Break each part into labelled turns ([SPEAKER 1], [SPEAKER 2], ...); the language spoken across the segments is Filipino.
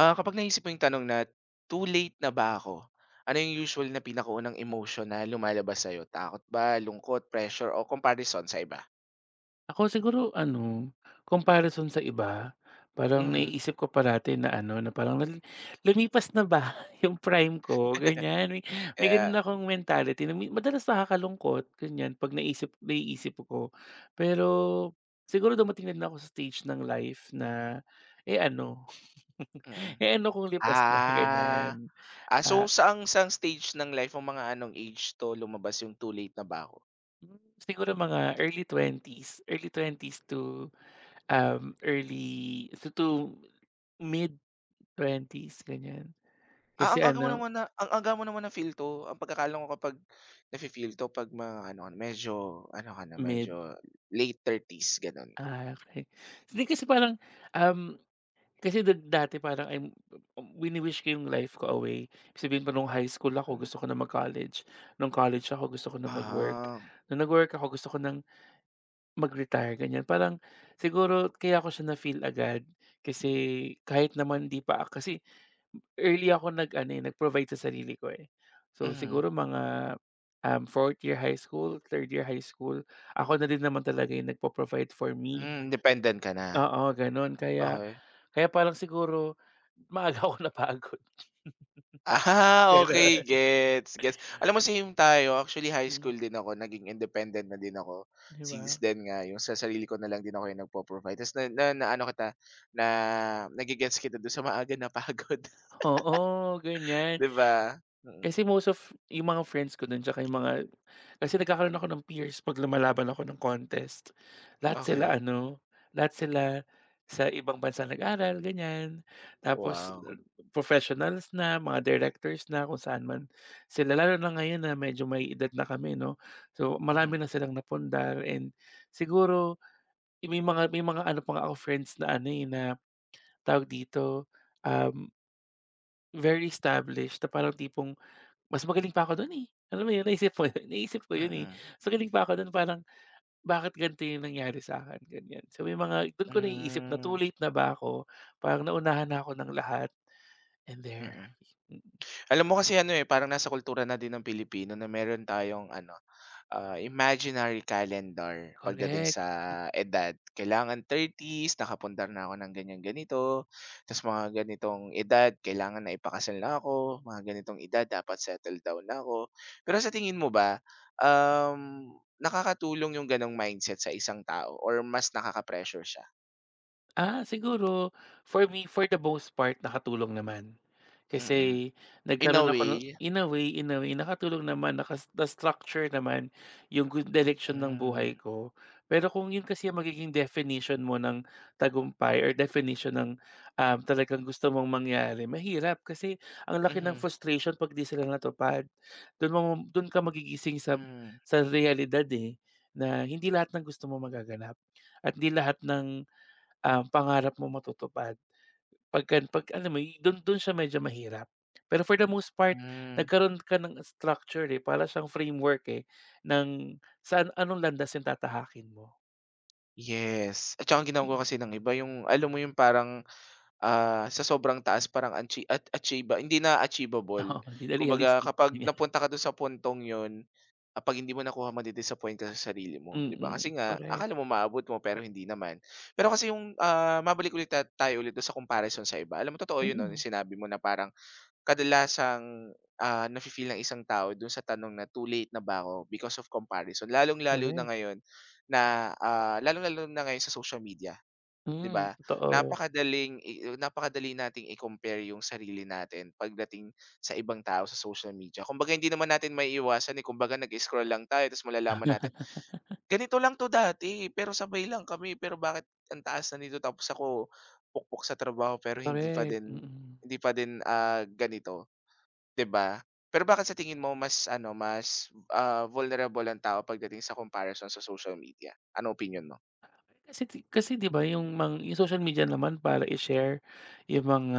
[SPEAKER 1] Ah, kapag naisip mo yung tanong na, "Too late na ba ako?" Ano yung usual na pinakaunang emotion na lumalabas sa'yo? Takot ba, lungkot, pressure, o comparison sa iba?
[SPEAKER 2] Ako siguro ano, comparison sa iba, parang
[SPEAKER 1] Mhm.
[SPEAKER 2] naiisip ko parati na ano, na parang lumipas na ba yung prime ko, ganyan. May gano'n
[SPEAKER 1] Yeah,
[SPEAKER 2] akong mentality na madalas nakakalungkot, ganyan, 'pag naiisip ko. Pero siguro dumating na din ako sa stage ng life na, eh, ano,
[SPEAKER 1] mm.
[SPEAKER 2] eh, ano kung lipas na,
[SPEAKER 1] Ah,
[SPEAKER 2] ganyan.
[SPEAKER 1] ah, so
[SPEAKER 2] Ah,
[SPEAKER 1] saang saang stage ng life o mga anong age 'to lumabas yung "Too late na ba ako?"
[SPEAKER 2] siguro mga early twenties to, um, early to mid twenties ganyan.
[SPEAKER 1] Ah,
[SPEAKER 2] Kasi ano,
[SPEAKER 1] ang aga mo naman na-feel 'to. Ang pagkakaalam ko kapag nafi-feel 'to 'pag mga ano ka na, medyo
[SPEAKER 2] mid,
[SPEAKER 1] late thirties.
[SPEAKER 2] ah, okey. Hindi kasi parang, um, kasi dati parang wini-wish ko yung life ko away. Ibig sabihin pa nung high school ako
[SPEAKER 1] Mm.
[SPEAKER 2] gusto ko na mag-college, nung college ako gusto ko na mag-work,
[SPEAKER 1] Ah,
[SPEAKER 2] nung nag-work ako gusto ko ng mag-retire ganyan. Parang siguro kaya ko siya na-feel agad kasi kahit naman 'di pa kasi early ako nag-provide sa sarili ko, eh. So,
[SPEAKER 1] mhm.
[SPEAKER 2] siguro mga, 4th year high school, third year high school, ako na din naman talaga yung nagpo-provide for me.
[SPEAKER 1] Dependent ka na.
[SPEAKER 2] Oo, gano'n. Kaya
[SPEAKER 1] Okey.
[SPEAKER 2] kaya parang siguro maaga ako napagod,
[SPEAKER 1] Ah, okey
[SPEAKER 2] gano'n.
[SPEAKER 1] gets, gets. Alam mo same tayo, actually high
[SPEAKER 2] Mm,
[SPEAKER 1] school din ako naging independent na din ako.
[SPEAKER 2] 'di ba?
[SPEAKER 1] Since then nga yung sa sarili ko na lang din ako yung nagpo-provide ta's na na naano kita, na nage-gets kita dun sa maaga na pagod,
[SPEAKER 2] Oo, ganyan.
[SPEAKER 1] 'di ba? Mm,
[SPEAKER 2] Kasi most of yung mga friends ko dun tsaka yung mga kasi nagkakaroon ako ng peers 'pag lumalaban ako ng contest. Lahat sila
[SPEAKER 1] okey.
[SPEAKER 2] ano, lahat sila sa ibang bansa nag-aral, ganyan. Tapos
[SPEAKER 1] Wow.
[SPEAKER 2] professionals na, mga directors na, kung saan man sila lalo na ngayon na medyo may edad na kami 'no. So,
[SPEAKER 1] Mhm,
[SPEAKER 2] marami na silang napundar and siguro may mga ano pa nga ako friends na ano, eh, na tawag dito, um, very established na parang tipong mas magaling pa ako dun, eh. Alam mo yun, naisip ko yun naisip ko yun, eh.
[SPEAKER 1] mm,
[SPEAKER 2] Mas magaling pa ako dun parang, "Bakit ganito yung nangyari sa'kin?" Ganyan. So may mga dun ko naiisip na
[SPEAKER 1] hmm,
[SPEAKER 2] too late na ba ako, parang naunahan na ako ng lahat and there.
[SPEAKER 1] mm.
[SPEAKER 2] Mm,
[SPEAKER 1] Alam mo kasi ano, eh, parang nasa kultura na din ng Pilipino na meron tayong ano, imaginary calendar pagdating sa
[SPEAKER 2] correct.
[SPEAKER 1] edad. Kailangan thirties nakapundar na ako ng ganyan ganito, ta's mga ganitong edad kailangan na ipakasal na ako, mga ganitong edad dapat settle down na ako. Pero sa tingin mo ba, nakakatulong yung gano'ng mindset sa isang tao or mas nakaka-pressure siya?
[SPEAKER 2] Ah, siguro for me, for the most part nakatulong naman.
[SPEAKER 1] Mm.
[SPEAKER 2] Kasi
[SPEAKER 1] In a
[SPEAKER 2] nagkaroon ako ng
[SPEAKER 1] way,
[SPEAKER 2] in a way nakatulong naman, na-structure naman yung good direction ng
[SPEAKER 1] hmm.
[SPEAKER 2] buhay ko. Pero kung yun kasi ang magiging definition mo ng tagumpay or definition ng, talagang gusto mong mangyari, mahirap kasi ang laki ng
[SPEAKER 1] Mhm.
[SPEAKER 2] frustration 'pag 'di sila natupad. Dun mo dun ka magigising sa
[SPEAKER 1] Hmm.
[SPEAKER 2] sa realidad, eh, na hindi lahat ng gusto mo magaganap at hindi lahat ng pangarap mo matutupad. Pag alam mo dun dun siya medyo mahirap. Pero for the most part,
[SPEAKER 1] Hmm.
[SPEAKER 2] nagkaroon ka ng structure, eh, para siyang framework, eh, ng saan anong landas yung tatahakin mo.
[SPEAKER 1] Yes, at tsaka ang ginagawa
[SPEAKER 2] Mm,
[SPEAKER 1] kasi ng iba yung alam mo yung parang, sa sobrang taas parang achie at achieva hindi na achievable.
[SPEAKER 2] oo, hindi na
[SPEAKER 1] Kumbaga
[SPEAKER 2] realistic,
[SPEAKER 1] kapag
[SPEAKER 2] ganyan.
[SPEAKER 1] napunta ka dun sa puntong yun, 'pag hindi mo nakuha madi-disappoint ka sa sarili mo, 'di ba?
[SPEAKER 2] Mm,
[SPEAKER 1] Kasi nga
[SPEAKER 2] correct.
[SPEAKER 1] akala mo maabot mo pero hindi naman. Pero kasi yung, mabalik ulit tayo ulit dun sa comparison sa iba. Alam mo totoo yun 'no, yung
[SPEAKER 2] Mm,
[SPEAKER 1] sinabi mo na parang. Kadalasang, nafi-feel ng isang tao dun sa tanong na too late na ba ako because of comparison. Lalong-lalo na
[SPEAKER 2] correct.
[SPEAKER 1] ngayon na, ah, lalong-lalo na ngayon sa social media, 'di
[SPEAKER 2] Hmm,
[SPEAKER 1] ba?
[SPEAKER 2] totoo.
[SPEAKER 1] Napakadaling i napakadali nating i-compare yung sarili natin pagdating sa ibang tao sa social media. Kumbaga hindi naman natin maiiwasan, eh, kumbaga nag-scroll lang tayo tapos malalaman natin, "Ganito lang 'to dati, pero sabay lang kami, pero bakit ang taas na nito tapos ako pukpok sa trabaho pero hindi pa
[SPEAKER 2] Correct,
[SPEAKER 1] din
[SPEAKER 2] mm.
[SPEAKER 1] hindi pa din, ganito." 'Di ba? Pero bakit sa tingin mo mas ano, vulnerable ang tao pagdating sa comparison sa social media? Ano opinyon mo?
[SPEAKER 2] Kasi kasi 'di ba yung yung social media naman para i-share yung mga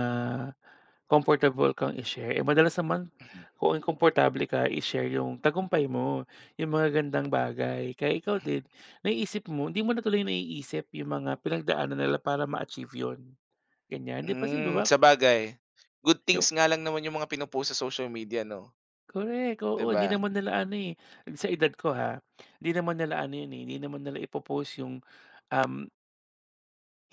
[SPEAKER 2] komportable kang i-share, eh, madalas naman
[SPEAKER 1] Mhm,
[SPEAKER 2] kung komportable ka i-share yung tagumpay mo, yung mga gandang bagay. Kaya ikaw
[SPEAKER 1] mhm.
[SPEAKER 2] din naiisip mo, hindi mo na tuloy naiisip yung mga pinagdaanan nila para ma-achieve yun, ganyan. 'Di kasi 'di ba
[SPEAKER 1] Sabagay. Good things
[SPEAKER 2] yung
[SPEAKER 1] nga lang naman yung mga pino-post sa social media 'no,
[SPEAKER 2] correct,
[SPEAKER 1] 'di
[SPEAKER 2] oo, hindi
[SPEAKER 1] ba?
[SPEAKER 2] naman nila ano, eh, sa edad ko, ha, hindi naman nila ano yun, eh, hindi naman nila ipo yung, um,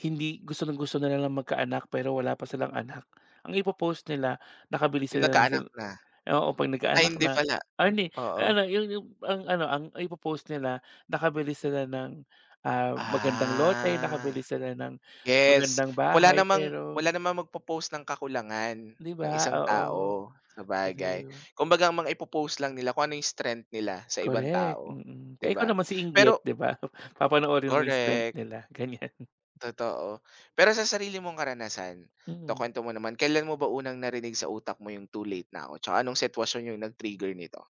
[SPEAKER 2] hindi gusto ng gusto na nilang magkaanak pero wala pa silang anak. Ang ipo nila nakabili
[SPEAKER 1] Yung
[SPEAKER 2] sila ng
[SPEAKER 1] nagkaanak na.
[SPEAKER 2] oo, 'pag
[SPEAKER 1] Ay
[SPEAKER 2] nagkaanak
[SPEAKER 1] hindi
[SPEAKER 2] na.
[SPEAKER 1] pala,
[SPEAKER 2] Ah, hindi,
[SPEAKER 1] oo.
[SPEAKER 2] ano yung ang ano, ang ipopost nila nakabili sila ng, magandang lote, nakabili
[SPEAKER 1] Ah,
[SPEAKER 2] sila ng
[SPEAKER 1] yes.
[SPEAKER 2] magandang
[SPEAKER 1] Wala
[SPEAKER 2] bahay
[SPEAKER 1] namang
[SPEAKER 2] pero
[SPEAKER 1] wala namang magpo-post ng kakulangan
[SPEAKER 2] 'di
[SPEAKER 1] ng
[SPEAKER 2] ba,
[SPEAKER 1] isang
[SPEAKER 2] oo.
[SPEAKER 1] tao, sabagay.
[SPEAKER 2] True,
[SPEAKER 1] Kumbaga ang mga ipo-post lang nila kung ano yung strength nila sa ibang
[SPEAKER 2] correct,
[SPEAKER 1] tao,
[SPEAKER 2] mm.
[SPEAKER 1] 'di
[SPEAKER 2] Eh, ikaw
[SPEAKER 1] ba?
[SPEAKER 2] naman si inggit
[SPEAKER 1] Pero
[SPEAKER 2] 'di ba, papanoorin mo yung strength
[SPEAKER 1] Correct,
[SPEAKER 2] nila, ganyan.
[SPEAKER 1] totoo. Pero sa sarili mong karanasan,
[SPEAKER 2] Mm.
[SPEAKER 1] ikuwento mo naman, kailan mo ba unang narinig sa utak mo yung too late na ako? Tsaka anong sitwasyon yung nag-trigger nito?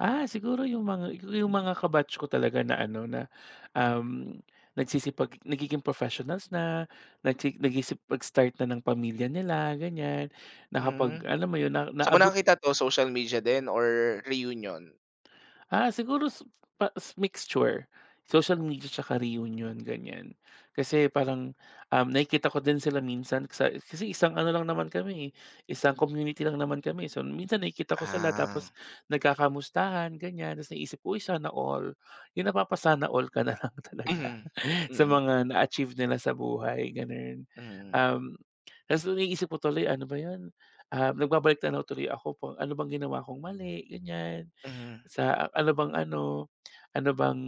[SPEAKER 2] Ah, siguro yung mga kabatch ko talaga na ano na, um, nagiging professionals na, nagsisipag-start na ng pamilya nila, ganyan.
[SPEAKER 1] Mm.
[SPEAKER 2] Alam mo yun, na
[SPEAKER 1] Saan mo
[SPEAKER 2] naabot.
[SPEAKER 1] nakakita 'to, social media din or reunion?
[SPEAKER 2] Ah, siguro mixture, social media tsaka reunion ganyan. Kasi parang, nakikita ko din sila minsan sa kasi isang ano lang naman kami, eh, isang community lang naman kami. So, minsan nakikita ko sila tapos
[SPEAKER 1] Ah,
[SPEAKER 2] nagkakamustahan ganyan, tapos naisip ko, "Uy, sana all." Yung napapasana all ka na lang talaga
[SPEAKER 1] mhm.
[SPEAKER 2] sa
[SPEAKER 1] Mm,
[SPEAKER 2] mga na-achieve nila sa buhay gano'n.
[SPEAKER 1] mm,
[SPEAKER 2] Um, tapos naiisip ko tuloy, ano ba 'yun, nagbabalik-tanaw tuloy ako po ano bang ginawa kong mali, ganyan
[SPEAKER 1] mhm.
[SPEAKER 2] sa ano bang ano, ano bang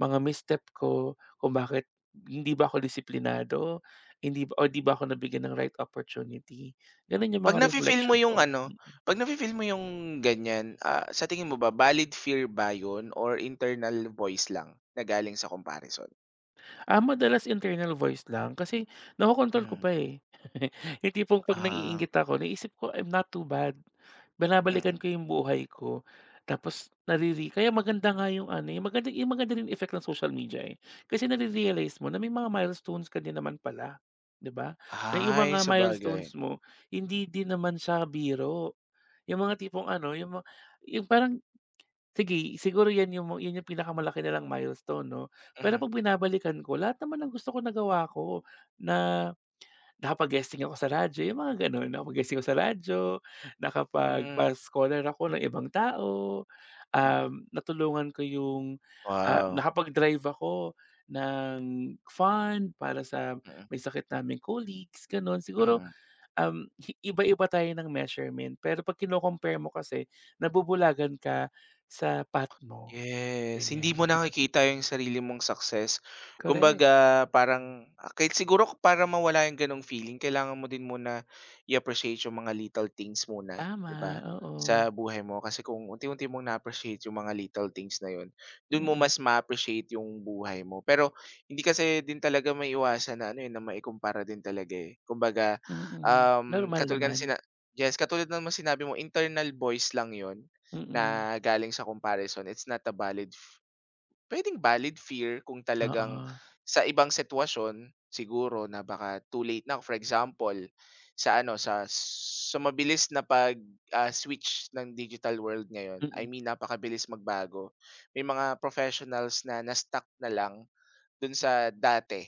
[SPEAKER 2] mga misstep ko, kung bakit hindi ba ako disiplinado, hindi ba o 'di ba ako nabigyan ng right opportunity. Gano'n yung
[SPEAKER 1] 'Pag
[SPEAKER 2] mga
[SPEAKER 1] nafi-feel mo
[SPEAKER 2] reflection
[SPEAKER 1] yung
[SPEAKER 2] ko.
[SPEAKER 1] ano, 'pag nafi-feel mo yung ganyan, sa tingin mo ba valid fear ba yun or internal voice lang na galing sa comparison?
[SPEAKER 2] Ah, madalas internal voice lang kasi nakokontrol ko
[SPEAKER 1] Hmm,
[SPEAKER 2] pa, eh. Yung tipong 'pag
[SPEAKER 1] ah,
[SPEAKER 2] naiinggit ako naisip ko, I'm not too bad. Binabalikan
[SPEAKER 1] mm.
[SPEAKER 2] ko yung buhay ko tapos kaya maganda nga yung ano, eh, maganda rin effect ng social media, eh. Kasi nare-realize mo na may mga milestones ka din naman pala, 'di ba? Na yung
[SPEAKER 1] Ay,
[SPEAKER 2] mga
[SPEAKER 1] sabagay,
[SPEAKER 2] milestones mo hindi din naman siya biro. Yung mga tipong ano, yung yung parang sige, siguro 'yan yung 'yun yung pinakamalaki nilang milestone 'no. Pero
[SPEAKER 1] mhm.
[SPEAKER 2] 'pag binabalikan ko lahat naman ng gusto ko nagawa ko, na nakapag-guesting ako sa radyo, yung mga gano'n. Nakapag-guesting ako sa radyo,
[SPEAKER 1] Hmm,
[SPEAKER 2] nakapagpa-scholar ako ng ibang tao,
[SPEAKER 1] mm.
[SPEAKER 2] natulungan ko yung,
[SPEAKER 1] Wow,
[SPEAKER 2] nakapag-drive ako ng fund para sa
[SPEAKER 1] mm,
[SPEAKER 2] may sakit naming colleagues, gano'n. Siguro
[SPEAKER 1] mm.
[SPEAKER 2] iba-iba tayo ng measurement pero 'pag kino-compare mo kasi nabubulagan ka sa pat mo,
[SPEAKER 1] Yes, hindi mo
[SPEAKER 2] ganyan.
[SPEAKER 1] nakikita yung sarili mong success.
[SPEAKER 2] Correct,
[SPEAKER 1] Kumbaga parang kahit siguro para mawala yung ganong feeling kailangan mo din muna i-appreciate yung mga little things muna,
[SPEAKER 2] tama,
[SPEAKER 1] 'di ba,
[SPEAKER 2] oo.
[SPEAKER 1] sa buhay mo. Kasi kung unti-unti mong na-appreciate yung mga little things na yun, dun mo
[SPEAKER 2] Mm,
[SPEAKER 1] mas ma-appreciate yung buhay mo. Pero hindi kasi din talaga maiwasan na ano, eh, na maikumpara din talaga, eh. Kumbaga,
[SPEAKER 2] mm. Normal
[SPEAKER 1] katulad nga na,
[SPEAKER 2] naman,
[SPEAKER 1] sina Yes, katulad ng sinabi mo internal voice lang yun.
[SPEAKER 2] mm.
[SPEAKER 1] Na galing sa comparison, it's not a valid. Puwedeng valid fear kung talagang
[SPEAKER 2] Oo,
[SPEAKER 1] sa ibang sitwasyon siguro na baka too late na. For example, sa ano, sa sa mabilis na pag, switch ng digital world ngayon, I
[SPEAKER 2] mm.
[SPEAKER 1] mean napakabilis magbago. May mga professionals na na-stuck na lang dun sa dati.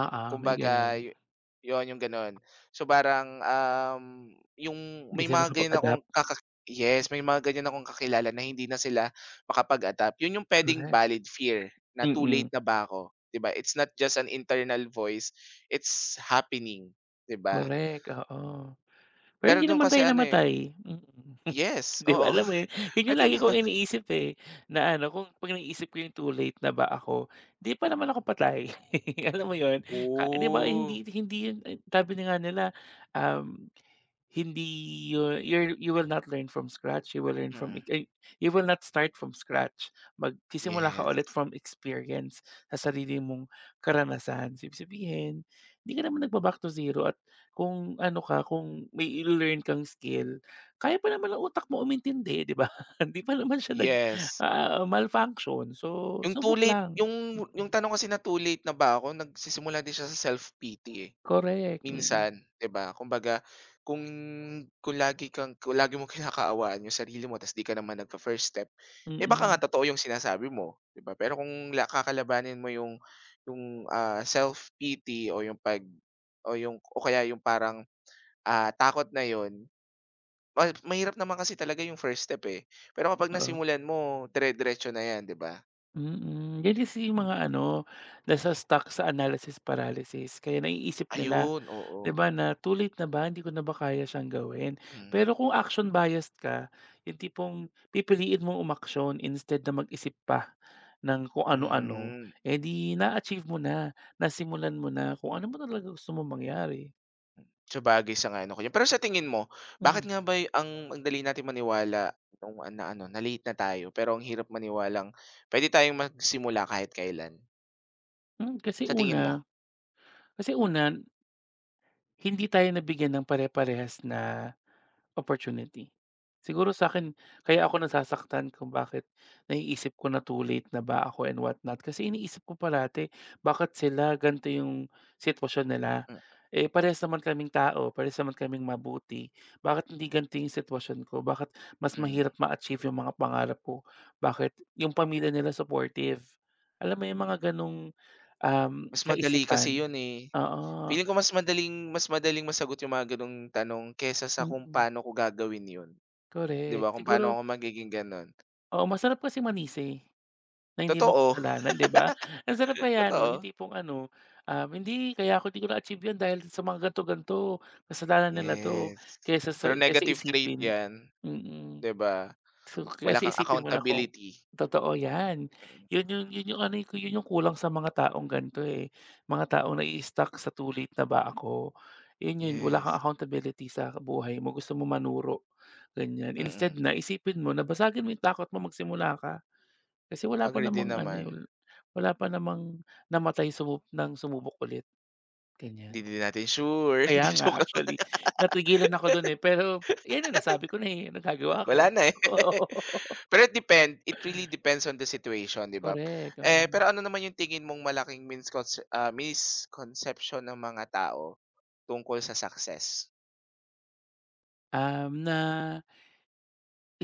[SPEAKER 2] Oo, may gano'n.
[SPEAKER 1] Kumbaga yun, yung gano'n. So, parang, yung
[SPEAKER 2] Hindi
[SPEAKER 1] may
[SPEAKER 2] sila
[SPEAKER 1] mga ganyan akong
[SPEAKER 2] nakapag-adapt,
[SPEAKER 1] kaka yes, may mga ganyan akong kakilala na hindi na sila makapag-adapt. Yun yung puwedeng
[SPEAKER 2] correct.
[SPEAKER 1] valid fear na too late
[SPEAKER 2] Mm,
[SPEAKER 1] na ba ako, 'di ba? It's not just an internal voice, it's happening, 'di ba?
[SPEAKER 2] correct, oo. Pero
[SPEAKER 1] Pero
[SPEAKER 2] hindi
[SPEAKER 1] dun
[SPEAKER 2] naman
[SPEAKER 1] kasi
[SPEAKER 2] tayo
[SPEAKER 1] ano, eh,
[SPEAKER 2] namatay, mm.
[SPEAKER 1] yes,
[SPEAKER 2] 'Di ba
[SPEAKER 1] oo,
[SPEAKER 2] alam mo yun, yun yung
[SPEAKER 1] puwede
[SPEAKER 2] lagi
[SPEAKER 1] na.
[SPEAKER 2] kong iniisip, eh, na ano kung 'pag naisip ko yung too late na ba ako, 'di pa naman ako patay. Alam mo yun, 'di ba
[SPEAKER 1] Oh,
[SPEAKER 2] hindi hindi yun eh, sabi na nga nila, um, hindi you will not learn from scratch, you will learn from
[SPEAKER 1] mm.
[SPEAKER 2] ex ay you will not start from scratch. Magsisimula ka ulit
[SPEAKER 1] Yes,
[SPEAKER 2] from experience sa sarili mong karanasan. So, ibig sabihin, hindi ka naman nagba-back to zero at kung ano ka, kung may learn kang skill kaya pa naman ng utak mo umintindi, 'di ba? Hindi pa naman siya nag
[SPEAKER 1] yes.
[SPEAKER 2] malfunction. So,
[SPEAKER 1] Yung too
[SPEAKER 2] subok
[SPEAKER 1] late
[SPEAKER 2] lang.
[SPEAKER 1] yung
[SPEAKER 2] Mm.
[SPEAKER 1] tanong kasi na too late na ba ako, nagsisimula din siya sa self-pity, eh.
[SPEAKER 2] Correct, mm.
[SPEAKER 1] Minsan, 'di ba? Kumbaga kung kung lagi mong kinakaawaan yung sarili mo ta's 'di ka naman nagfa-first step, eh, baka nga
[SPEAKER 2] Mm,
[SPEAKER 1] totoo yung sinasabi mo, 'di ba? Pero kung kakalabanin mo yung self-pity o yung pag o yung o kaya yung parang, takot na yon, mahirap naman kasi talaga yung first step, eh. Pero kapag
[SPEAKER 2] totoo.
[SPEAKER 1] nasimulan mo, dire-diretso na yan, 'di ba?
[SPEAKER 2] Mm, yan kasi yung mga ano, na-sa-stuck sa analysis paralysis kaya naiisip nila
[SPEAKER 1] Ayun,
[SPEAKER 2] 'di
[SPEAKER 1] oo.
[SPEAKER 2] ba na, "Too late na ba, hindi ko na ba kaya siyang gawin?"
[SPEAKER 1] Hmm.
[SPEAKER 2] Pero kung action biased ka, yung tipong pipiliin mong umaksyon instead na mag-isip pa ng kung ano-ano,
[SPEAKER 1] Hmm.
[SPEAKER 2] eh, 'di na-achieve mo na, nasimulan mo na kung ano mo talaga gusto mong mangyari.
[SPEAKER 1] Sabagay, sang-ayon ako diyan. Pero sa tingin mo, bakit
[SPEAKER 2] Hmm,
[SPEAKER 1] nga ba ang dali nating maniwala nung na ano, na late na tayo pero ang hirap maniwalang pwede tayong magsimula kahit kailan?
[SPEAKER 2] hmm, kasi
[SPEAKER 1] Sa tingin mo?
[SPEAKER 2] una kasi una, hindi tayo nabigyan ng pare-parehas na opportunity. Siguro sa akin, kaya ako nasasaktan kung bakit naiisip ko na too late na ba ako and what not. Kasi iniisip ko parati bakit sila ganito yung sitwasyon nila,
[SPEAKER 1] Mm.
[SPEAKER 2] eh, parehas naman kaming tao, parehas naman kaming mabuti, bakit hindi ganito yung sitwasyon ko, bakit mas
[SPEAKER 1] Mm.
[SPEAKER 2] mahirap ma-achieve yung mga pangarap ko, bakit yung pamilya nila supportive. Alam mo yung mga ganong, um,
[SPEAKER 1] Mas madali kasi
[SPEAKER 2] kaisipan.
[SPEAKER 1] 'yun, eh.
[SPEAKER 2] Oo,
[SPEAKER 1] Feeling ko mas madaling masagot yung mga gano'ng tanong kaysa sa
[SPEAKER 2] mm,
[SPEAKER 1] kung
[SPEAKER 2] mm.
[SPEAKER 1] paano ko gagawin 'yun, 'di ba?
[SPEAKER 2] Correct.
[SPEAKER 1] Kung paano
[SPEAKER 2] Siguro
[SPEAKER 1] ako magiging gano'n.
[SPEAKER 2] oo, masarap kasing manisi. Na hindi mo
[SPEAKER 1] Totoo,
[SPEAKER 2] kasalanan, 'di ba? Ang sarap kaya no'n yung
[SPEAKER 1] totoo.
[SPEAKER 2] tipong ano, "Hindi, kaya ako hindi ko na-achieve 'yan dahil sa mga ganito, ganito. Kasalanan nila 'to."
[SPEAKER 1] Yes.
[SPEAKER 2] Kaysa sa
[SPEAKER 1] Pero negative trait
[SPEAKER 2] isipin
[SPEAKER 1] 'yan,
[SPEAKER 2] mm.
[SPEAKER 1] 'di ba?
[SPEAKER 2] So,
[SPEAKER 1] Wala
[SPEAKER 2] kasi
[SPEAKER 1] kang
[SPEAKER 2] isipin mo na kung
[SPEAKER 1] accountability.
[SPEAKER 2] totoo 'yan.
[SPEAKER 1] Mm.
[SPEAKER 2] 'Yun yung ano, eh, yun yung kulang sa mga taong ganito, eh, mga taong nai-stuck sa too late na ba ako. Yun yun, wala kang
[SPEAKER 1] Yes,
[SPEAKER 2] accountability sa buhay mo, gusto mo manuro, ganiyan.
[SPEAKER 1] mm. Mm.
[SPEAKER 2] Instead na isipin mo na basagin mo yung takot mo, magsimula ka. Kasi wala pa
[SPEAKER 1] Agree din
[SPEAKER 2] namang ano,
[SPEAKER 1] naman.
[SPEAKER 2] eh, wala pa namang namatay sumubok ulit,
[SPEAKER 1] Hindi
[SPEAKER 2] ganyan.
[SPEAKER 1] din natin sure,
[SPEAKER 2] Kaya
[SPEAKER 1] hindi
[SPEAKER 2] nga
[SPEAKER 1] joke lang.
[SPEAKER 2] actually natigilan ako dun, eh, pero yan na nasabi ko na, eh, nagagawa
[SPEAKER 1] Wala
[SPEAKER 2] ako.
[SPEAKER 1] na, eh. Pero it really depends on the situation, 'di ba?
[SPEAKER 2] Correct,
[SPEAKER 1] Eh,
[SPEAKER 2] mm.
[SPEAKER 1] pero ano naman yung tingin mong malaking misconception ng mga tao tungkol sa success?
[SPEAKER 2] Na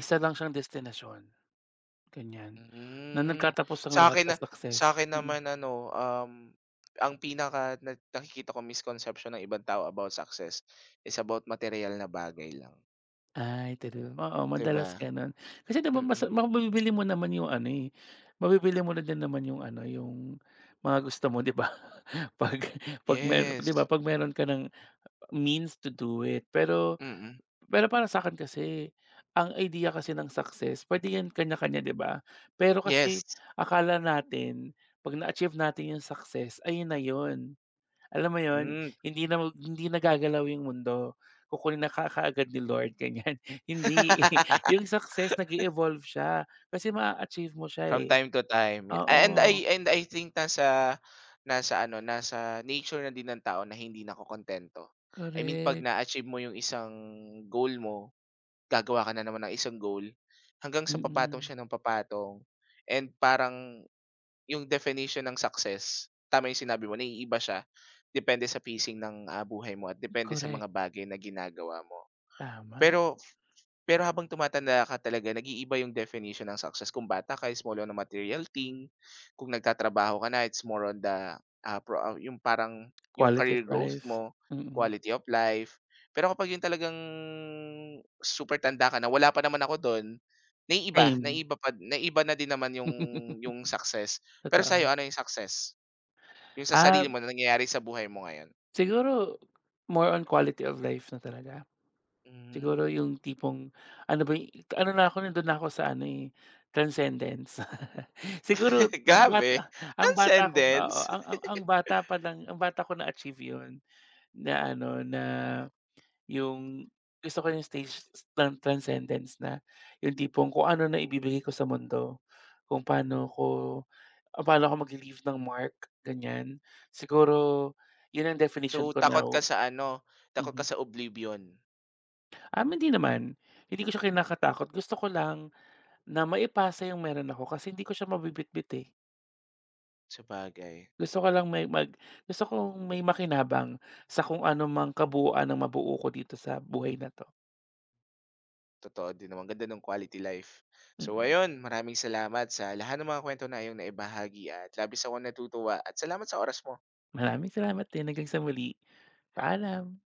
[SPEAKER 2] isa lang siyang destinasyon, ganyan, na
[SPEAKER 1] Hmm.
[SPEAKER 2] nagkatapos ang lahat
[SPEAKER 1] akin
[SPEAKER 2] sa
[SPEAKER 1] na sa
[SPEAKER 2] success,
[SPEAKER 1] akin
[SPEAKER 2] mm.
[SPEAKER 1] naman ano, ang pinaka na nakikita ko misconception ng ibang tao about success is about material na bagay lang,
[SPEAKER 2] Ay, talaga oo,
[SPEAKER 1] 'di ba?
[SPEAKER 2] madalas gano'n. Kasi diba mas
[SPEAKER 1] Mm.
[SPEAKER 2] mabibili mo naman yung ano, eh, mabibili mo na din naman yung ano, yung mga gusto mo, 'di ba? 'Pag 'pag 'di ba,
[SPEAKER 1] Yes.
[SPEAKER 2] 'pag meron ka ng means to do it. Pero
[SPEAKER 1] Mm.
[SPEAKER 2] pero para sa akin kasi, ang idea kasi ng success pwede 'yan kanya-kanya, 'di ba? Pero
[SPEAKER 1] Yes.
[SPEAKER 2] kasi akala natin 'pag na-achieve natin yung success, ayun na yun. Alam mo yon
[SPEAKER 1] Hmm.
[SPEAKER 2] hindi na gagalaw yung mundo, kukunin na ka kaagad ni Lord ganiyan. Hindi, yung success nag evolve siya kasi ma achieve mo siya,
[SPEAKER 1] From
[SPEAKER 2] eh.
[SPEAKER 1] time to time, yeah. And
[SPEAKER 2] Oo,
[SPEAKER 1] I and I think nasa nasa ano, nasa nature na din ng tao na hindi nakokontento. I mean 'pag
[SPEAKER 2] correct.
[SPEAKER 1] na-achieve mo yung isang goal mo, gagawa ka na naman ng isang goal, hanggang sa papatong
[SPEAKER 2] Mm,
[SPEAKER 1] siya ng papatong and parang yung definition ng success, tama yung sinabi mo, naiiba siya depende sa pacing ng, buhay mo at depende sa
[SPEAKER 2] correct,
[SPEAKER 1] mga bagay na ginagawa mo.
[SPEAKER 2] tama.
[SPEAKER 1] Pero Pero habang tumatanda ka talaga nag-iiba yung definition ng success. Kung bata ka is more on a material thing, kung nagtatrabaho ka na it's more on the, yung parang yung
[SPEAKER 2] Quality of
[SPEAKER 1] career growth
[SPEAKER 2] life,
[SPEAKER 1] mo,
[SPEAKER 2] mm.
[SPEAKER 1] quality of life. Pero kapag yung talagang super tanda ka na, wala pa naman ako dun,
[SPEAKER 2] Same.
[SPEAKER 1] naiiba na din naman yung yung success. Pero sa'yo
[SPEAKER 2] Totoo.
[SPEAKER 1] ano yung success? Yung sa sarili
[SPEAKER 2] Ah,
[SPEAKER 1] mo na nangyayari sa buhay mo ngayon?
[SPEAKER 2] siguro more on quality of life na talaga.
[SPEAKER 1] Hmm,
[SPEAKER 2] Siguro yung tipong ano ba ano na ako nandun na ako sa ano, eh, transcendence. Siguro
[SPEAKER 1] Grabe
[SPEAKER 2] ang bata ko oo,
[SPEAKER 1] transcendence.
[SPEAKER 2] ang bata pa lang ang bata ko na-achieve yun na ano, na yung gusto ko yung stage ng transcendence na yung tipong kung ano na ibibigay ko sa mundo, kung paano ko ah, paano ako magli-leave ng mark, ganyan. Siguro yun ang
[SPEAKER 1] So,
[SPEAKER 2] definition ko
[SPEAKER 1] takot ka
[SPEAKER 2] now
[SPEAKER 1] sa ano, takot
[SPEAKER 2] mhm.
[SPEAKER 1] ka sa oblivion.
[SPEAKER 2] Hindi naman, hindi ko siya kinakatakot gusto ko lang na maipasa yung meron ako kasi hindi ko siya mabibitbit, eh.
[SPEAKER 1] Sabagay,
[SPEAKER 2] Gusto ko lang may mag gusto kong may makinabang sa kung ano mang kabuuan ang mabuo ko dito sa buhay na 'to.
[SPEAKER 1] totoo din naman, ganda ng quality life. So
[SPEAKER 2] Mm.
[SPEAKER 1] ayun, maraming salamat sa lahat ng mga kwento na iyong naibahagi at labis akong natutuwa at salamat sa oras mo.
[SPEAKER 2] Maraming salamat din. Hanggang sa muli. Paalam.